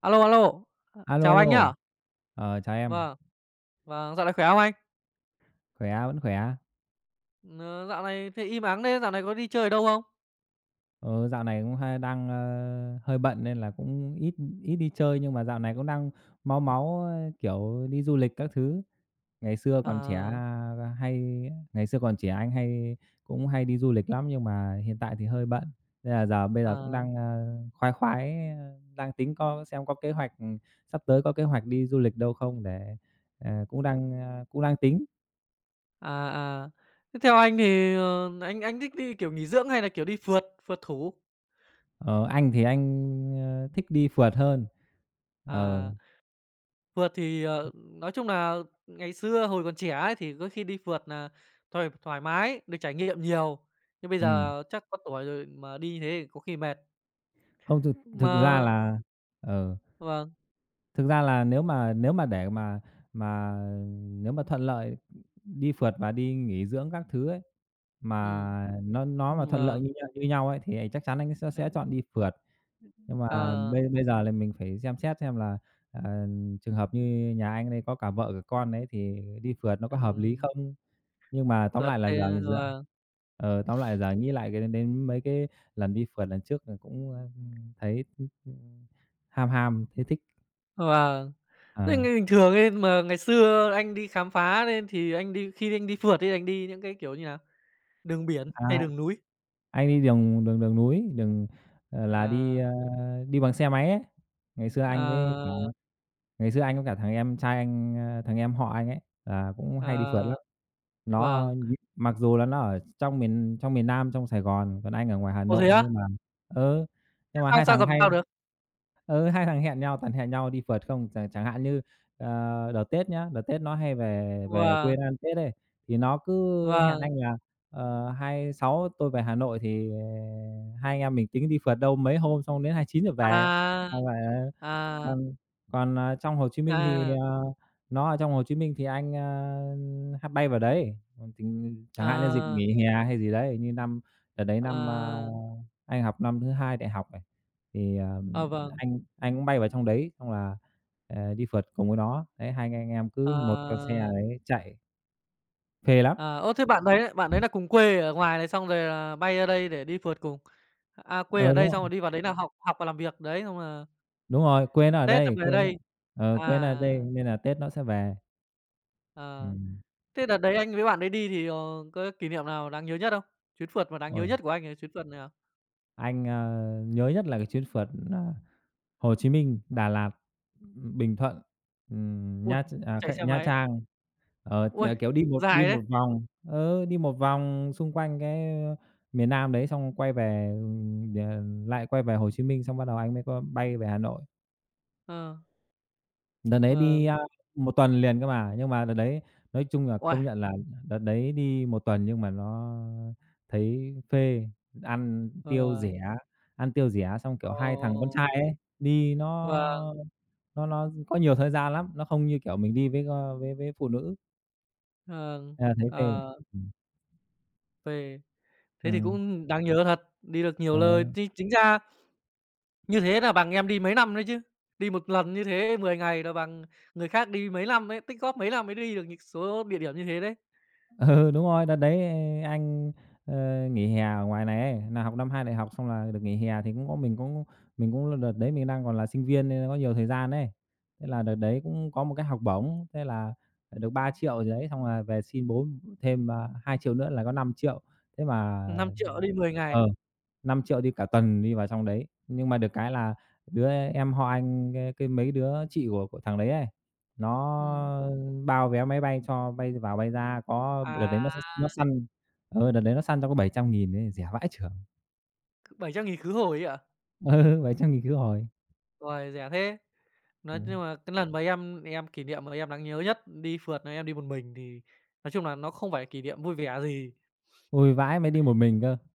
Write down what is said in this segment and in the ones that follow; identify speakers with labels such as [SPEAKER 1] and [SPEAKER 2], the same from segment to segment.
[SPEAKER 1] Alo, alo,
[SPEAKER 2] Alo,
[SPEAKER 1] chào anh
[SPEAKER 2] alo.
[SPEAKER 1] nhá.
[SPEAKER 2] Ờ, chào em.
[SPEAKER 1] Vâng, vâng, dạo này khỏe không anh?
[SPEAKER 2] Khỏe, vẫn khỏe.
[SPEAKER 1] Ờ, Dạo này thấy im ắng thế, dạo này có đi chơi ở đâu không?
[SPEAKER 2] Ờ, dạo này cũng hay hơi bận nên là cũng ít ít đi chơi nhưng mà dạo này cũng đang máu máu, kiểu, đi du lịch các thứ. Ngày xưa còn trẻ,
[SPEAKER 1] À,
[SPEAKER 2] a, hay Ngày xưa còn trẻ anh hay cũng hay đi du lịch lắm nhưng mà hiện tại thì hơi bận, nên là bây giờ cũng
[SPEAKER 1] à,
[SPEAKER 2] đang, khoái khoái, đang tính có xem có kế hoạch, sắp tới có kế hoạch đi du lịch đâu không để, cũng đang, cũng đang tính.
[SPEAKER 1] à, à. Thế theo anh thì, anh thích đi, kiểu, nghỉ dưỡng hay là, kiểu, đi phượt, phượt thủ?
[SPEAKER 2] Ờ, anh thì anh, thích đi phượt hơn. Ờ,
[SPEAKER 1] À, phượt thì, nói chung là ngày xưa hồi còn trẻ ấy thì có khi đi phượt là thoải thoải mái, được trải nghiệm nhiều, nhưng bây
[SPEAKER 2] ừm,
[SPEAKER 1] giờ chắc có tuổi rồi mà đi như thế thì có khi mệt.
[SPEAKER 2] Không, thực thực
[SPEAKER 1] Mà
[SPEAKER 2] ra là ờ,
[SPEAKER 1] vâng,
[SPEAKER 2] thực ra là nếu mà để mà nếu mà thuận lợi đi phượt và đi nghỉ dưỡng các thứ ấy, mà
[SPEAKER 1] ừm,
[SPEAKER 2] nó mà thuận lợi
[SPEAKER 1] vâng,
[SPEAKER 2] như nhau ấy, thì chắc chắn anh sẽ
[SPEAKER 1] ờ,
[SPEAKER 2] sẽ chọn đi phượt. Nhưng mà
[SPEAKER 1] ờ,
[SPEAKER 2] bây bây giờ là mình phải xem xét xem là, ờ, trường hợp như nhà anh đây có cả vợ cả con đấy, thì đi phượt nó có hợp lý
[SPEAKER 1] ừm.
[SPEAKER 2] không? Nhưng mà tóm
[SPEAKER 1] Phượt
[SPEAKER 2] lại là
[SPEAKER 1] thế
[SPEAKER 2] giờ thì
[SPEAKER 1] vâng,
[SPEAKER 2] tóm lại là giờ nghĩ lại cái đến đến mấy cái lần đi phượt lần trước là cũng, thấy, ưm, ưm, ham ham, thấy thích.
[SPEAKER 1] vâng.
[SPEAKER 2] Ờ,
[SPEAKER 1] Thế như bình thường ấy mà ngày xưa anh đi khám phá lên thì anh đi phượt ấy, anh đi những cái, kiểu như nào, đường biển hay
[SPEAKER 2] a
[SPEAKER 1] đường núi?
[SPEAKER 2] Anh đi đường đường đường núi, đường, là đi,
[SPEAKER 1] À,
[SPEAKER 2] đi bằng xe máy ấy. Ngày xưa anh với cả
[SPEAKER 1] ờ,
[SPEAKER 2] Ngày xưa anh với cả thằng em trai anh, thằng em họ anh ấy, là cũng hay đi phượt
[SPEAKER 1] ờ,
[SPEAKER 2] lắm. Nó
[SPEAKER 1] vâng.
[SPEAKER 2] mặc dù là nó ở trong miền Nam, trong Sài Gòn, còn anh ở ngoài Hà
[SPEAKER 1] Ồ, thế
[SPEAKER 2] Nội
[SPEAKER 1] á?
[SPEAKER 2] nhưng mà ừ,
[SPEAKER 1] Thế
[SPEAKER 2] nhưng mà
[SPEAKER 1] sao sao gặp nhau được?
[SPEAKER 2] hai thằng hẹn nhau toàn hẹn nhau đi phượt không. Chẳng chẳng hạn như, đợt Tết nhá, đợt Tết nó hay về về
[SPEAKER 1] Vâng,
[SPEAKER 2] quê nó ăn Tết ấy, thì nó cứ hẹn
[SPEAKER 1] vâng.
[SPEAKER 2] anh là: Ờ, 26 tôi về Hà Nội thì, hai anh em mình tính đi phượt đâu mấy hôm xong đến 29 rồi về.
[SPEAKER 1] À,
[SPEAKER 2] Xong rồi, ờ,
[SPEAKER 1] à,
[SPEAKER 2] còn còn, trong Hồ Chí Minh thì,
[SPEAKER 1] à,
[SPEAKER 2] nó ở trong Hồ Chí Minh thì anh, h bay vào đấy, còn tình chẳng hạn như dịp
[SPEAKER 1] ờ,
[SPEAKER 2] nghỉ hè hay gì đấy, như năm đợt đấy năm,
[SPEAKER 1] ờ,
[SPEAKER 2] anh học năm thứ 2 đại học này, thì,
[SPEAKER 1] ờ, vâng,
[SPEAKER 2] anh cũng bay vào trong đấy, xong là, đi phượt cùng với nó. Đấy, hai anh em cứ một con xe
[SPEAKER 1] ờ,
[SPEAKER 2] đấy chạy, phê lắm.
[SPEAKER 1] ờ, ơ, thế bạn đấy là cùng quê ở ngoài này xong rồi là bay ra đây để đi phượt cùng? À, quê ở
[SPEAKER 2] Ờ, đúng
[SPEAKER 1] đây
[SPEAKER 2] rồi.
[SPEAKER 1] xong rồi đi vào đấy là học học và làm việc, đấy, xong là
[SPEAKER 2] Đúng rồi, quê nó ở
[SPEAKER 1] Tết là
[SPEAKER 2] đây,
[SPEAKER 1] về đây.
[SPEAKER 2] quê nó ở
[SPEAKER 1] À,
[SPEAKER 2] đây nên là Tết nó sẽ về.
[SPEAKER 1] ờ.
[SPEAKER 2] Ừm.
[SPEAKER 1] Thế đợt đấy anh với bạn đấy đi thì, có kỷ niệm nào đáng nhớ nhất không? Chuyến phượt mà đáng nhớ
[SPEAKER 2] Ôi,
[SPEAKER 1] nhất của anh là chuyến phượt nào?
[SPEAKER 2] anh, nhớ nhất là cái chuyến phượt, Hồ Chí Minh, Đà Lạt, Bình Thuận,
[SPEAKER 1] Ôi,
[SPEAKER 2] Nha Tr à,
[SPEAKER 1] chạy xe
[SPEAKER 2] Kh Nha
[SPEAKER 1] máy.
[SPEAKER 2] Trang. Ờ, thì
[SPEAKER 1] Ôi,
[SPEAKER 2] là, kiểu, đi
[SPEAKER 1] dài đấy.
[SPEAKER 2] một vòng ừ, đi một vòng xung quanh cái, miền Nam đấy xong quay về, đ lại quay về Hồ Chí Minh xong bắt đầu anh mới có bay về Hà Nội.
[SPEAKER 1] Ờ,
[SPEAKER 2] Đợt đấy đi,
[SPEAKER 1] vâng.
[SPEAKER 2] một tuần liền cơ mà, nhưng mà đợt đấy nói chung là
[SPEAKER 1] Uầy,
[SPEAKER 2] công nhận là đợt đấy đi một tuần nhưng mà nó thấy phê, ăn tiêu
[SPEAKER 1] ờ,
[SPEAKER 2] rẻ, ăn tiêu rẻ xong, kiểu,
[SPEAKER 1] ồ,
[SPEAKER 2] hai thằng con trai ấy, đi nó
[SPEAKER 1] vâng,
[SPEAKER 2] nó có nhiều thời gian lắm, nó không như, kiểu, mình đi với, với phụ nữ,
[SPEAKER 1] vâng,
[SPEAKER 2] nên là thấy phê.
[SPEAKER 1] ờ,
[SPEAKER 2] Ừm,
[SPEAKER 1] về thế thì
[SPEAKER 2] ừm,
[SPEAKER 1] cũng đáng nhớ thật, đi được nhiều
[SPEAKER 2] ờ.
[SPEAKER 1] lơi. Chi chính ra như thế là bằng em đi mấy năm đấy chứ. Đi một lần như thế 10 ngày là bằng người khác đi mấy năm ấy, tích góp mấy năm mới đi được những số địa điểm như thế đấy.
[SPEAKER 2] Ừ, đúng rồi, đợt đấy anh, nghỉ hè ở ngoài này ấy, nà học năm 2 đại học xong là được nghỉ hè thì cũng có mình cũng đợt đấy mình đang còn là sinh viên nên có nhiều thời gian ấy. Thế là đợt đấy cũng có một cái học bổng, thế là được 3 triệu 000 gì đấy, xong là về xin bố thêm, 2.000 nữa là có 5 triệu. Thế mà
[SPEAKER 1] Năm triệu đi 10 ngày.
[SPEAKER 2] ờ 5 triệu đi cả tuần đi vào trong đấy. Nhưng mà được cái là đứa em họ anh, cái mấy đứa chị của thằng đấy ấy,
[SPEAKER 1] Ừm.
[SPEAKER 2] nó bao vé máy bay cho bay vào bay ra có đợt đấy
[SPEAKER 1] À,
[SPEAKER 2] nó săn đợt đấy nó săn cho có 700.000 ấy, rẻ vãi chưởng.
[SPEAKER 1] $700.000 khứ hồi ấy ạ?
[SPEAKER 2] Ừ, 700.000 khứ hồi.
[SPEAKER 1] Uầy, rẻ thế! Nói
[SPEAKER 2] Ừm.
[SPEAKER 1] nhưng mà cái lần mà em kỷ niệm mà em đáng nhớ nhất đi phượt là em đi một mình thì nói chung là nó không phải kỷ niệm vui vẻ gì,
[SPEAKER 2] Ui, vãi, mới đi một mình cơ.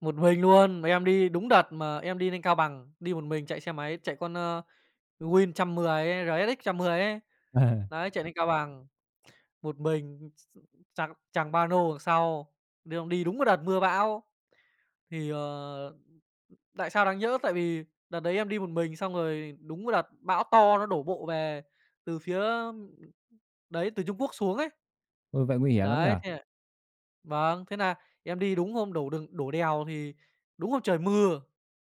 [SPEAKER 1] một mình luôn. Mà em đi đúng đợt mà em đi lên Cao Bằng, đi một mình chạy xe máy, chạy con, Win 110 ấy, RSX 110 ấy.
[SPEAKER 2] Ờ,
[SPEAKER 1] Đấy, chạy lên Cao Bằng, một mình, chàng chàng ba nô đằng sau, đi đi đúng cái đợt mưa bão thì, tại sao đáng nhỡ? Tại vì đợt đấy em đi một mình, xong rồi đúng cái đợt bão to nó đổ bộ về từ phía đấy, từ Trung Quốc xuống ấy.
[SPEAKER 2] ôi, vậy nguy hiểm lắm nhỉ?
[SPEAKER 1] Đấy, thế là vâng, thế là em đi đúng hôm đổ đường đổ đèo thì đúng hôm trời mưa,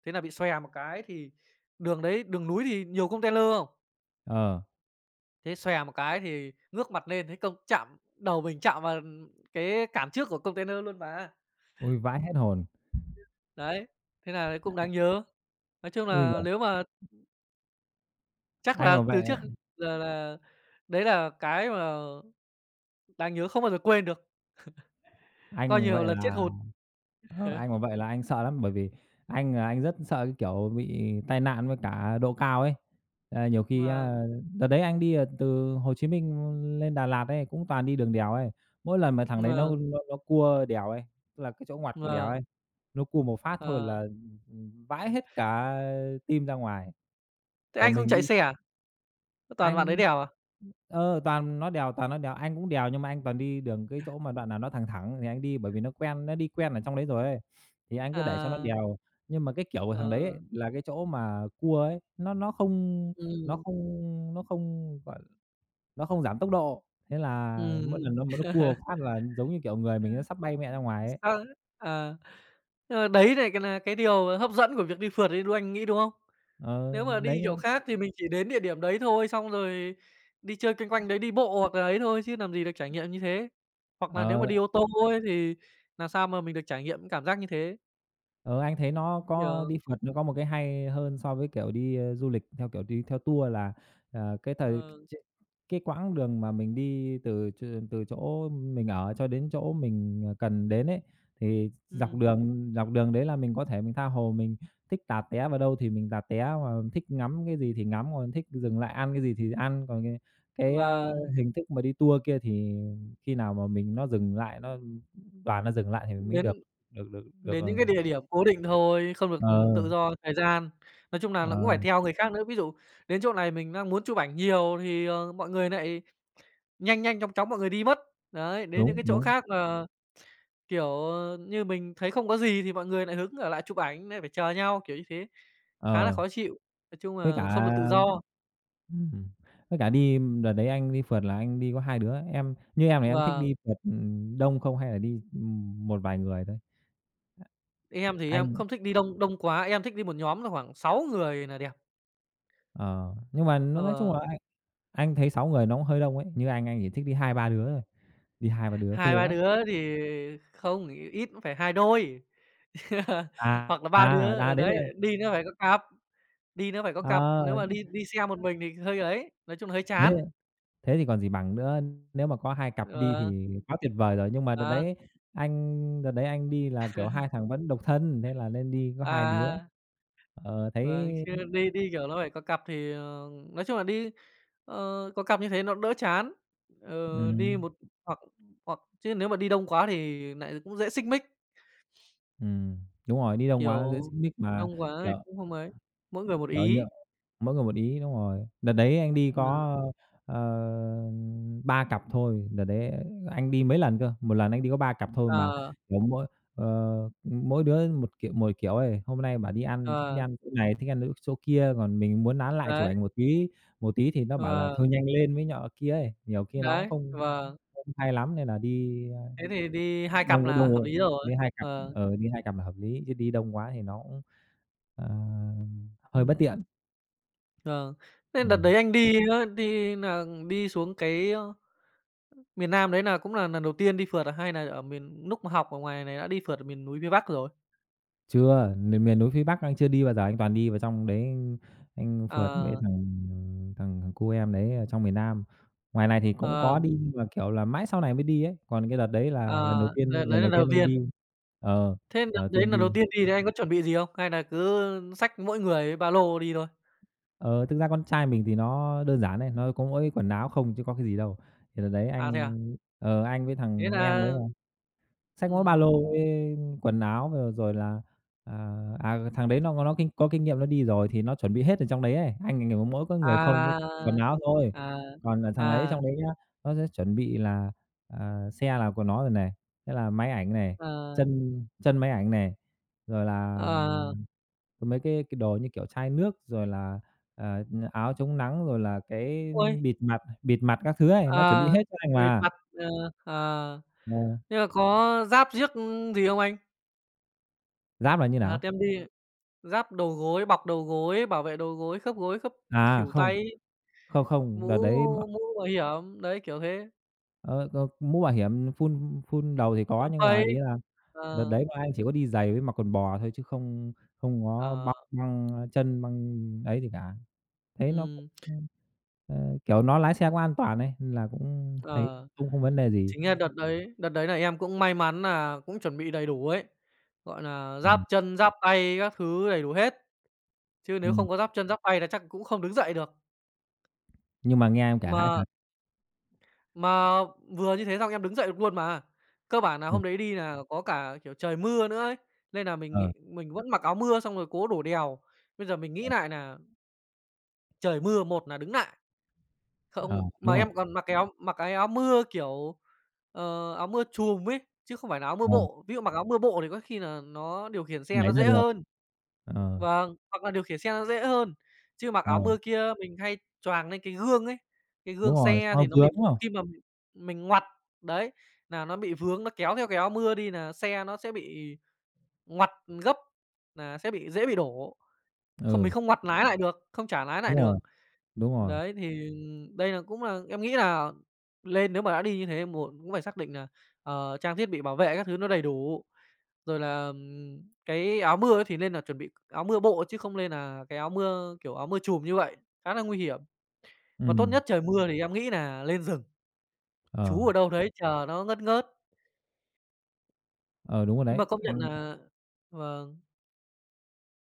[SPEAKER 1] thế là bị xòe một cái thì đường đấy đường núi thì nhiều container không?
[SPEAKER 2] Ờ,
[SPEAKER 1] Thế xòe một cái thì ngước mặt lên thấy công chạm đầu mình chạm vào cái cản trước của container luôn mà.
[SPEAKER 2] ui, vãi hết hồn.
[SPEAKER 1] Đấy, thế là đấy cũng đáng nhớ. Nói chung
[SPEAKER 2] Ui
[SPEAKER 1] là
[SPEAKER 2] giời,
[SPEAKER 1] nếu mà chắc
[SPEAKER 2] anh
[SPEAKER 1] là
[SPEAKER 2] mà vậy
[SPEAKER 1] từ trước giờ là đấy là cái mà đáng nhớ không bao giờ quên được,
[SPEAKER 2] anh
[SPEAKER 1] coi
[SPEAKER 2] mà
[SPEAKER 1] nhiều
[SPEAKER 2] vậy
[SPEAKER 1] lần chết
[SPEAKER 2] là
[SPEAKER 1] hụt.
[SPEAKER 2] Ơ,
[SPEAKER 1] Thế
[SPEAKER 2] anh mà vậy là anh sợ lắm, bởi vì anh là anh rất sợ cái kiểu bị tai nạn với cả độ cao ấy. À, nhiều khi
[SPEAKER 1] vâng,
[SPEAKER 2] á đợt đấy anh đi, từ Hồ Chí Minh lên Đà Lạt ấy, cũng toàn đi đường đèo ấy. Mỗi lần mà thằng đấy
[SPEAKER 1] vâng,
[SPEAKER 2] nó cua đèo ấy, tức là cái chỗ ngoặt của đèo ấy,
[SPEAKER 1] vâng,
[SPEAKER 2] nó cua một phát thôi
[SPEAKER 1] ờ.
[SPEAKER 2] là, ừ, vãi hết cả tim ra ngoài,
[SPEAKER 1] Thế
[SPEAKER 2] kiểu,
[SPEAKER 1] anh không
[SPEAKER 2] mình
[SPEAKER 1] chạy
[SPEAKER 2] bị
[SPEAKER 1] xe à? Toàn bạn ấy
[SPEAKER 2] anh
[SPEAKER 1] đèo à?
[SPEAKER 2] toàn nó đèo, anh cũng đèo nhưng mà anh toàn đi đường cái chỗ mà đoạn nào nó thẳng thẳng thì anh đi, bởi vì nó quen, nó đi quen ở trong đấy rồi ấy, thì anh cứ để cho nó
[SPEAKER 1] À,
[SPEAKER 2] đèo. Nhưng mà cái kiểu của thằng đấy ấy,
[SPEAKER 1] ờ,
[SPEAKER 2] là cái chỗ mà cua ấy, nó
[SPEAKER 1] ừm,
[SPEAKER 2] không nó không, gọi nó không giảm tốc độ, thế là mỗi
[SPEAKER 1] ừm.
[SPEAKER 2] lần nó mà nó cua một phát là giống như kiểu người
[SPEAKER 1] Ơ.
[SPEAKER 2] mình nó sắp bay mẹ ra ngoài ấy.
[SPEAKER 1] Sao? À, nhưng mà đấy lại cái nà cái điều hấp dẫn của việc đi phượt ấy, đúng anh nghĩ đúng không?
[SPEAKER 2] Ờ,
[SPEAKER 1] Nếu mà đi
[SPEAKER 2] đấy,
[SPEAKER 1] kiểu khác thì mình chỉ đến địa điểm đấy thôi, xong rồi đi chơi quanh quanh đấy, đi bộ hoặc là ấy thôi chứ làm gì được trải nghiệm như thế. Hoặc là nếu mà
[SPEAKER 2] ờ.
[SPEAKER 1] đi ô tô ấy thì làm sao mà mình được trải nghiệm cảm giác như thế,
[SPEAKER 2] Ờ, anh thấy nó có
[SPEAKER 1] kiểu
[SPEAKER 2] đi phượt nó có một cái hay hơn so với, kiểu, đi, du lịch theo, kiểu, đi theo tour là, ờ, cái thời
[SPEAKER 1] ờ,
[SPEAKER 2] ch cái quãng đường mà mình đi từ chỗ mình ở cho đến chỗ mình, cần đến ấy, thì
[SPEAKER 1] ừm,
[SPEAKER 2] dọc đường đấy là mình có thể mình tha hồ mình thích tạt té vào đâu thì mình tạt té, mà thích ngắm cái gì thì ngắm, còn thích dừng lại ăn cái gì thì ăn. Còn cái cái, a,
[SPEAKER 1] vâng,
[SPEAKER 2] hình thức mà đi tour kia thì khi nào mà mình nó dừng lại, đoàn nó dừng lại thì mình mới
[SPEAKER 1] đến
[SPEAKER 2] được được,
[SPEAKER 1] đến
[SPEAKER 2] ờ.
[SPEAKER 1] những cái địa điểm cố định thôi, không được,
[SPEAKER 2] Ờ,
[SPEAKER 1] tự do thời gian. Nói chung là nó cũng
[SPEAKER 2] ờ,
[SPEAKER 1] phải theo người khác nữa, ví dụ đến chỗ này mình đang muốn chụp ảnh nhiều thì, mọi người lại nhanh nhanh, chóng chóng mọi người đi mất. Đấy, đến những
[SPEAKER 2] đúng,
[SPEAKER 1] cái chỗ
[SPEAKER 2] đúng,
[SPEAKER 1] khác là, kiểu, như mình thấy không có gì thì mọi người lại hứng ở lại chụp ảnh, lại phải chờ nhau, kiểu như thế, khá là
[SPEAKER 2] ờ,
[SPEAKER 1] khó chịu. Nói chung
[SPEAKER 2] với
[SPEAKER 1] là không
[SPEAKER 2] cả
[SPEAKER 1] được tự do.
[SPEAKER 2] ừm, với cả đi đợt đấy anh đi phượt là anh đi có 2 đứa, em như em thì em thích
[SPEAKER 1] Vâng,
[SPEAKER 2] đi phượt, đông không hay là đi, một vài người thôi.
[SPEAKER 1] em thì em cũng
[SPEAKER 2] Anh
[SPEAKER 1] không thích đi đông đông quá, em thích đi một nhóm là khoảng sáu người là đẹp.
[SPEAKER 2] ờ, nhưng mà nó nói chung
[SPEAKER 1] Ờ,
[SPEAKER 2] là anh thấy 6 người nó cũng hơi đông ấy, như anh chỉ thích đi hai ba đứa thôi, đi hai ba đứa phê
[SPEAKER 1] 2, 3
[SPEAKER 2] lắm.
[SPEAKER 1] đứa thì không, ít cũng phải 2 đôi,
[SPEAKER 2] À,
[SPEAKER 1] hoặc là 3
[SPEAKER 2] à,
[SPEAKER 1] đứa,
[SPEAKER 2] à,
[SPEAKER 1] ờ,
[SPEAKER 2] đấy
[SPEAKER 1] đấy,
[SPEAKER 2] là
[SPEAKER 1] đi nó phải có cặp, đi nó phải có cặp, nếu
[SPEAKER 2] ờ,
[SPEAKER 1] mà đi đi xe một mình thì hơi ấy, nói chung là hơi
[SPEAKER 2] thế.
[SPEAKER 1] chán.
[SPEAKER 2] Thế thì còn gì bằng nữa, nếu mà có hai cặp đi
[SPEAKER 1] Ờ,
[SPEAKER 2] thì quá tuyệt vời rồi, nhưng mà
[SPEAKER 1] ờ.
[SPEAKER 2] đợt đấy anh đi là, kiểu, hai thằng vẫn độc thân, thế là nên đi có hai đứa.
[SPEAKER 1] À,
[SPEAKER 2] Ờ, thấy
[SPEAKER 1] vâng, chứ đi đi, kiểu, nó phải có cặp thì, nói chung là đi, có cặp như thế nó đỡ chán. Ờ, đi
[SPEAKER 2] ừm,
[SPEAKER 1] một hoặc hoặc chứ nếu mà đi đông quá thì nại cũng dễ xích mích,
[SPEAKER 2] ừm, đúng rồi, đi đông quá dễ
[SPEAKER 1] kiểu,
[SPEAKER 2] xích mích mà,
[SPEAKER 1] đông quá thì
[SPEAKER 2] kiểu
[SPEAKER 1] cũng không ấy, mỗi người một
[SPEAKER 2] kiểu như
[SPEAKER 1] ý.
[SPEAKER 2] mỗi người một ý, đúng rồi. Đợt đấy anh đi
[SPEAKER 1] Mà
[SPEAKER 2] có, ờ, 3 cặp thôi, đợt đấy anh đi mấy lần cơ, một lần anh đi có 3 cặp thôi mà,
[SPEAKER 1] ờ,
[SPEAKER 2] kiểu, ờ, mỗi đứa một kiểu ấy. Hôm nay bảo đi ăn thích đi
[SPEAKER 1] ờ,
[SPEAKER 2] ăn chỗ này, thích ăn chỗ kia, còn mình muốn nán lại chụp
[SPEAKER 1] đấy,
[SPEAKER 2] ảnh một tí thì nó bảo là
[SPEAKER 1] vâng,
[SPEAKER 2] "Thôi nhanh lên" với nọ kia ấy, nhiều khi nó cũng
[SPEAKER 1] đấy,
[SPEAKER 2] không
[SPEAKER 1] vâng,
[SPEAKER 2] không hay lắm nên là đi,
[SPEAKER 1] thế thì đi 2 cặp
[SPEAKER 2] đông
[SPEAKER 1] là
[SPEAKER 2] đông
[SPEAKER 1] hợp
[SPEAKER 2] rồi,
[SPEAKER 1] lý rồi.
[SPEAKER 2] đi 2 cặp,
[SPEAKER 1] Ờ,
[SPEAKER 2] ờ, đi 2 cặp là hợp lý, chứ đi đông quá thì nó cũng, ờ, hơi bất
[SPEAKER 1] ừm,
[SPEAKER 2] tiện.
[SPEAKER 1] vâng. Thế đợt
[SPEAKER 2] Ừm.
[SPEAKER 1] đấy anh đi á, đi nà đi xuống cái, miền Nam đấy là cũng là lần đầu tiên đi phượt à, hay là ở miền lúc mà học ở ngoài này đã đi phượt ở miền núi phía Bắc rồi?
[SPEAKER 2] Chưa, miền miền núi phía Bắc anh chưa đi bao giờ, anh toàn đi vào trong đấy anh phượt
[SPEAKER 1] Ờ,
[SPEAKER 2] với thằng thằng thằng cu em đấy ở trong miền Nam. Ngoài này thì cũng
[SPEAKER 1] ờ,
[SPEAKER 2] có đi nhưng mà, kiểu là, mãi sau này mới đi ấy, còn cái đợt đấy là
[SPEAKER 1] ờ, đợt đấy
[SPEAKER 2] lần
[SPEAKER 1] là
[SPEAKER 2] đầu
[SPEAKER 1] đầu
[SPEAKER 2] tiên anh
[SPEAKER 1] tiên.
[SPEAKER 2] đi. Ờ, lần
[SPEAKER 1] Thế đợt
[SPEAKER 2] đầu
[SPEAKER 1] đấy
[SPEAKER 2] tiên
[SPEAKER 1] lần đầu
[SPEAKER 2] đi.
[SPEAKER 1] tiên đi thì anh có chuẩn bị gì không? Hay là cứ xách mỗi người ba lô đi thôi?
[SPEAKER 2] Ờ, thực ra con trai mình thì nó đơn giản ấy, nó có mỗi quần áo không chứ có cái gì đâu. Thì đợt đấy
[SPEAKER 1] À?
[SPEAKER 2] anh ờ, Anh với
[SPEAKER 1] Thế
[SPEAKER 2] thằng em đấy
[SPEAKER 1] là
[SPEAKER 2] xách mỗi ba
[SPEAKER 1] ừm,
[SPEAKER 2] lô với quần áo rồi rồi là, à, à, thằng đấy nó kinh có kinh nghiệm nó đi rồi thì nó chuẩn bị hết ở trong đấy ấy, anh thì mỗi có người không với quần
[SPEAKER 1] à,
[SPEAKER 2] áo thôi.
[SPEAKER 1] à,
[SPEAKER 2] Còn, thằng đấy
[SPEAKER 1] à,
[SPEAKER 2] trong đấy nhá, nó sẽ chuẩn bị là, xe là của nó rồi này, thế là máy ảnh này,
[SPEAKER 1] ờ,
[SPEAKER 2] chân chân máy ảnh này, rồi là,
[SPEAKER 1] ờ,
[SPEAKER 2] có mấy cái đồ như kiểu chai nước, rồi là, ờ, áo chống nắng, rồi là cái
[SPEAKER 1] ôi,
[SPEAKER 2] bịt mặt bịt mặt các thứ ấy, nó chuẩn bị
[SPEAKER 1] ờ,
[SPEAKER 2] hết cho anh
[SPEAKER 1] bịt
[SPEAKER 2] mà.
[SPEAKER 1] mặt, ờ, ờ,
[SPEAKER 2] Ờ,
[SPEAKER 1] nhưng mà có giáp giếc, gì không anh?
[SPEAKER 2] giáp là như
[SPEAKER 1] Đợt
[SPEAKER 2] nào?
[SPEAKER 1] em đi giáp đầu gối, bọc đầu gối, bảo vệ đầu gối, khớp
[SPEAKER 2] À,
[SPEAKER 1] khuỷu
[SPEAKER 2] không.
[SPEAKER 1] tay,
[SPEAKER 2] Không, không,
[SPEAKER 1] mũ
[SPEAKER 2] đợt đấy m
[SPEAKER 1] mũ bảo hiểm, đấy, kiểu thế,
[SPEAKER 2] ờ, ờ, mũ bảo hiểm phun phun đầu thì
[SPEAKER 1] khuôn
[SPEAKER 2] có, nhưng mà
[SPEAKER 1] phây.
[SPEAKER 2] ý là đợt
[SPEAKER 1] Ờ,
[SPEAKER 2] đấy bọn anh chỉ có đi giày với mặc quần bò thôi chứ không không có
[SPEAKER 1] ờ,
[SPEAKER 2] băng băng chân, băng ấy gì cả. Thấy nó cũng,
[SPEAKER 1] ừm,
[SPEAKER 2] ờ, kiểu, nó lái xe cũng an toàn ấy, nên là cũng thấy
[SPEAKER 1] ờ,
[SPEAKER 2] cũng không vấn đề gì.
[SPEAKER 1] chính là đợt đấy là em cũng may mắn nà cũng chuẩn bị đầy đủ ấy, gọi nà, giáp
[SPEAKER 2] Ừm,
[SPEAKER 1] chân, giáp tay các thứ đầy đủ hết, chứ nếu
[SPEAKER 2] ừm,
[SPEAKER 1] không có giáp chân, giáp tay là chắc cũng không đứng dậy được.
[SPEAKER 2] nhưng mà nghe em kể hãi
[SPEAKER 1] Mà
[SPEAKER 2] thật.
[SPEAKER 1] Mà vừa như thế xong em đứng dậy được luôn mà. Cơ bản là
[SPEAKER 2] Ừm,
[SPEAKER 1] hôm đấy đi là có cả, kiểu, trời mưa nữa ấy, nên là mình
[SPEAKER 2] ờ,
[SPEAKER 1] nghĩ mình vẫn mặc áo mưa xong rồi cố đổ đèo. Bây giờ mình nghĩ
[SPEAKER 2] ờ,
[SPEAKER 1] lại là trời mưa, một là đứng lại
[SPEAKER 2] ờ,
[SPEAKER 1] không
[SPEAKER 2] đúng
[SPEAKER 1] mà
[SPEAKER 2] rồi,
[SPEAKER 1] em còn mặc cái áo mưa, kiểu, áo mưa trùm ấy, chứ không phải là áo mưa
[SPEAKER 2] ờ,
[SPEAKER 1] bộ. Ví dụ mặc áo mưa bộ thì có khi là nó điều khiển xe
[SPEAKER 2] nhảy
[SPEAKER 1] nó
[SPEAKER 2] ra
[SPEAKER 1] dễ
[SPEAKER 2] được,
[SPEAKER 1] hơn.
[SPEAKER 2] ờ,
[SPEAKER 1] Vâng, hoặc là điều khiển xe nó dễ hơn, chứ mặc
[SPEAKER 2] ờ,
[SPEAKER 1] áo mưa kia mình hay choàng lên cái gương ấy, cái gương
[SPEAKER 2] đúng rồi,
[SPEAKER 1] xe
[SPEAKER 2] sao nó
[SPEAKER 1] thì nó bị
[SPEAKER 2] vướng, đúng không?
[SPEAKER 1] khi mà mình ngoặt, đấy, nà nó bị vướng, nó kéo theo cái áo mưa đi nà xe nó sẽ bị ngoặt gấp, nà sẽ bị dễ bị đổ, không mình
[SPEAKER 2] Ừ,
[SPEAKER 1] không ngoặt lái lại được, không chả lái lại
[SPEAKER 2] đúng
[SPEAKER 1] được.
[SPEAKER 2] rồi, đúng rồi,
[SPEAKER 1] Đấy, thì đây là cũng là em nghĩ là lên nếu mà đã đi như thế một cũng phải xác định nà, trang thiết bị bảo vệ các thứ nó đầy đủ. Rồi là, cái áo mưa ấy thì nên là chuẩn bị áo mưa bộ chứ không nên là cái áo mưa, kiểu, áo mưa chùm như vậy, khá là nguy hiểm. Mà tốt
[SPEAKER 2] ừm,
[SPEAKER 1] nhất trời mưa thì em nghĩ là lên rừng, trú
[SPEAKER 2] ờ,
[SPEAKER 1] ở đâu đấy chờ nó ngớt ngớt.
[SPEAKER 2] ờ, đúng rồi
[SPEAKER 1] Nhưng
[SPEAKER 2] đấy,
[SPEAKER 1] mà công nhận
[SPEAKER 2] anh
[SPEAKER 1] là vâng,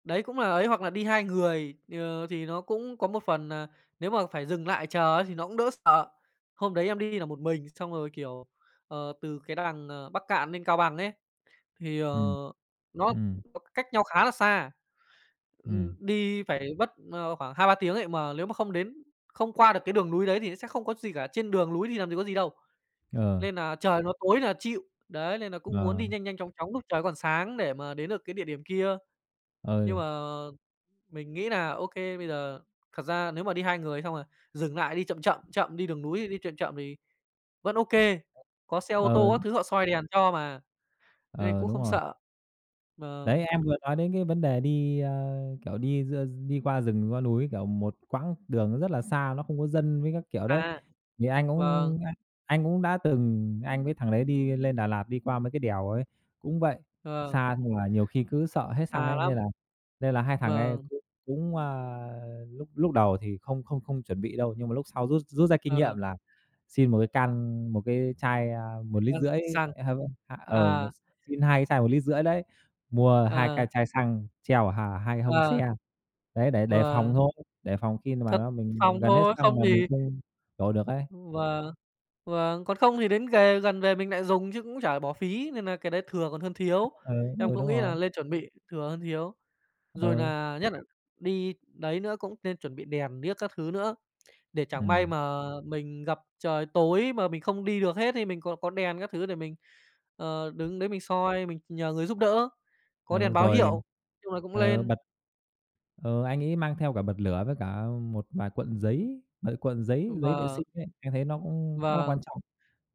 [SPEAKER 1] đấy cũng là ấy, hoặc là đi 2 người, thì nó cũng có một phần nà nếu mà phải dừng lại chờ ấy thì nó cũng đỡ sợ. Hôm đấy em đi là một mình, xong rồi, kiểu, từ cái đằng, Bắc Cạn lên Cao Bằng ấy, thì,
[SPEAKER 2] ừm,
[SPEAKER 1] nó
[SPEAKER 2] ừm.
[SPEAKER 1] nó cách nhau khá là xa.
[SPEAKER 2] ừm,
[SPEAKER 1] Đi phải mất, khoảng hai ba tiếng ấy, mà nếu mà không đến không qua được cái đường núi đấy thì sẽ không có gì cả, trên đường núi thì làm gì có gì đâu,
[SPEAKER 2] ờ,
[SPEAKER 1] nên là trời nó tối là chịu. Đấy, nên là cũng muốn đi
[SPEAKER 2] ờ,
[SPEAKER 1] nhanh nhanh chóng chóng lúc trời còn sáng để mà đến được cái địa điểm kia. Nhưng
[SPEAKER 2] ừ,
[SPEAKER 1] mà mình nghĩ là ô kê, bây giờ thật ra nếu mà đi 2 người xong rồi dừng lại đi chậm chậm, chậm, đi đường núi đi chậm chậm thì vẫn ô kê, có xe ô tô
[SPEAKER 2] ờ,
[SPEAKER 1] các thứ họ soi đèn cho mà, nên
[SPEAKER 2] ờ,
[SPEAKER 1] cũng
[SPEAKER 2] đúng
[SPEAKER 1] không
[SPEAKER 2] rồi.
[SPEAKER 1] sợ. Vâng,
[SPEAKER 2] Đấy, em vừa nói đến cái vấn đề đi, kiểu, đi giữa đi qua rừng, qua núi, kiểu, một quãng đường nó rất là xa, nó không có dân với các kiểu đấy.
[SPEAKER 1] xa,
[SPEAKER 2] Thì anh
[SPEAKER 1] vâng,
[SPEAKER 2] cũng anh anh cũng đã từng anh với thằng đấy đi lên Đà Lạt, đi qua mấy cái đèo ấy, cũng vậy,
[SPEAKER 1] vâng,
[SPEAKER 2] xa xong là nhiều khi cứ sợ hết xăng
[SPEAKER 1] xa
[SPEAKER 2] ấy,
[SPEAKER 1] lắm,
[SPEAKER 2] nên là hai thằng ấy
[SPEAKER 1] vâng,
[SPEAKER 2] cũng cũng, lúc lúc đầu thì không không không chuẩn bị đâu, nhưng mà lúc sau rút rút ra kinh
[SPEAKER 1] ờ.
[SPEAKER 2] nghiệm là xin một cái can một cái chai, 1,5 lít,
[SPEAKER 1] Ờ,
[SPEAKER 2] rưỡi
[SPEAKER 1] sẵn.
[SPEAKER 2] ha, ha ờ, một
[SPEAKER 1] À,
[SPEAKER 2] xin 2 cái chai một lít rưỡi đấy. Mua hai
[SPEAKER 1] ờ,
[SPEAKER 2] cái chai xăng treo hà 2 hông
[SPEAKER 1] ờ,
[SPEAKER 2] xe, đấy, để phòng
[SPEAKER 1] vâng,
[SPEAKER 2] thôi, để phòng khi mà
[SPEAKER 1] thật
[SPEAKER 2] nó
[SPEAKER 1] phòng
[SPEAKER 2] mình gần hết
[SPEAKER 1] thôi, không
[SPEAKER 2] xăng mà mình
[SPEAKER 1] thì
[SPEAKER 2] không đổ được ấy.
[SPEAKER 1] vâng, vâng, còn không thì đến về gần về mình lại dùng chứ cũng chả bỏ phí, nên nà cái đấy thừa còn hơn thiếu.
[SPEAKER 2] Ừ,
[SPEAKER 1] Em
[SPEAKER 2] ừ,
[SPEAKER 1] cũng
[SPEAKER 2] đúng
[SPEAKER 1] nghĩ
[SPEAKER 2] rồi,
[SPEAKER 1] là lên chuẩn bị thừa hơn thiếu, rồi
[SPEAKER 2] ừ,
[SPEAKER 1] nà nhất nà đi đấy nữa cũng nên chuẩn bị đèn điếc các thứ nữa, để chẳng may
[SPEAKER 2] ừm,
[SPEAKER 1] mà mình gặp trời tối mà mình không đi được hết thì mình có đèn các thứ để mình, đứng đấy mình soi, mình nhờ người giúp đỡ, có đèn
[SPEAKER 2] ừ,
[SPEAKER 1] báo
[SPEAKER 2] rồi
[SPEAKER 1] hiệu, chung là cũng
[SPEAKER 2] ờ,
[SPEAKER 1] lên.
[SPEAKER 2] bật ờ, anh ấy mang theo cả bật lửa với cả một vài cuộn giấy, mấy cuộn giấy giấy vệ
[SPEAKER 1] Vâng,
[SPEAKER 2] sinh ấy, anh thấy nó cũng khá là
[SPEAKER 1] vâng.
[SPEAKER 2] quan trọng.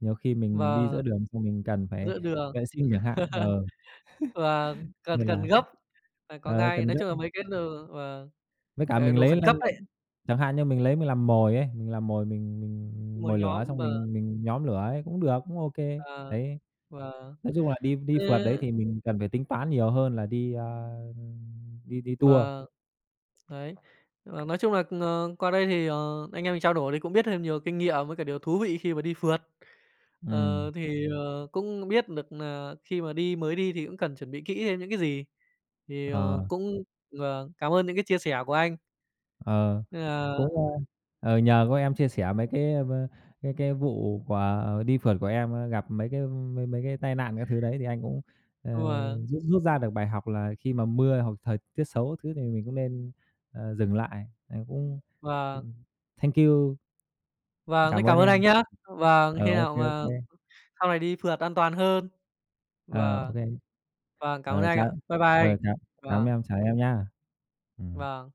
[SPEAKER 2] Nhiều khi mình đi
[SPEAKER 1] Vâng,
[SPEAKER 2] giữa đường xong mình cần phải
[SPEAKER 1] giữa đường.
[SPEAKER 2] vệ sinh chẳng hạn, ờ,
[SPEAKER 1] Vâng, cần
[SPEAKER 2] nên
[SPEAKER 1] cần
[SPEAKER 2] là
[SPEAKER 1] gấp phải có
[SPEAKER 2] ờ,
[SPEAKER 1] ngay.
[SPEAKER 2] cần
[SPEAKER 1] Nói chung là
[SPEAKER 2] gấp.
[SPEAKER 1] mấy cái đồ vâng,
[SPEAKER 2] Với cả mình
[SPEAKER 1] đồ
[SPEAKER 2] lấy
[SPEAKER 1] khẩn
[SPEAKER 2] là
[SPEAKER 1] cấp
[SPEAKER 2] là
[SPEAKER 1] đấy,
[SPEAKER 2] chẳng hạn như mình lấy mình làm mồi ấy, mình làm mồi mình
[SPEAKER 1] một
[SPEAKER 2] mồi
[SPEAKER 1] nhóm
[SPEAKER 2] lửa xong mình nhóm lửa ấy cũng được, cũng ô kê.
[SPEAKER 1] và
[SPEAKER 2] Đấy,
[SPEAKER 1] và
[SPEAKER 2] nói chung là đi đi phượt đấy
[SPEAKER 1] thế
[SPEAKER 2] thì mình cần phải tính toán nhiều hơn là đi, đi tour.
[SPEAKER 1] vâng, đấy. Và nói chung là, qua đây thì, anh em mình trao đổi thì cũng biết thêm nhiều kinh nghiệm với cả điều thú vị khi mà đi phượt. Ờ,
[SPEAKER 2] Ừm,
[SPEAKER 1] thì, cũng biết được là khi mà đi mới đi thì cũng cần chuẩn bị kỹ thêm những cái gì. Thì,
[SPEAKER 2] ờ.
[SPEAKER 1] cũng vâng, cảm ơn những cái chia sẻ của anh.
[SPEAKER 2] Ờ,
[SPEAKER 1] Nên là
[SPEAKER 2] cũng, ờ, nhờ có em chia sẻ mấy cái, cái vụ của đi phượt của em, gặp mấy cái mấy mấy cái tai nạn các thứ đấy thì anh cũng, ờ,
[SPEAKER 1] vâng,
[SPEAKER 2] rút rút ra được bài học là khi mà mưa hoặc thời tiết xấu thứ thì mình cũng nên, ờ, dừng lại. Anh cũng
[SPEAKER 1] vâng.
[SPEAKER 2] ừm, thank you,
[SPEAKER 1] Vâng, rất
[SPEAKER 2] cảm
[SPEAKER 1] cảm
[SPEAKER 2] ơn
[SPEAKER 1] ơn anh
[SPEAKER 2] em.
[SPEAKER 1] nhá. Vâng,
[SPEAKER 2] Ờ,
[SPEAKER 1] khi
[SPEAKER 2] ok
[SPEAKER 1] nào mà
[SPEAKER 2] ok.
[SPEAKER 1] sau này đi phượt an toàn hơn.
[SPEAKER 2] Ờ, ô.
[SPEAKER 1] Vâng, vâng, cảm ơn
[SPEAKER 2] Ờ,
[SPEAKER 1] anh
[SPEAKER 2] chào
[SPEAKER 1] ạ. Bye bye anh.
[SPEAKER 2] ờ, chào cảm ơn
[SPEAKER 1] Vâng,
[SPEAKER 2] em, chào em nha. Ừm.
[SPEAKER 1] vâng.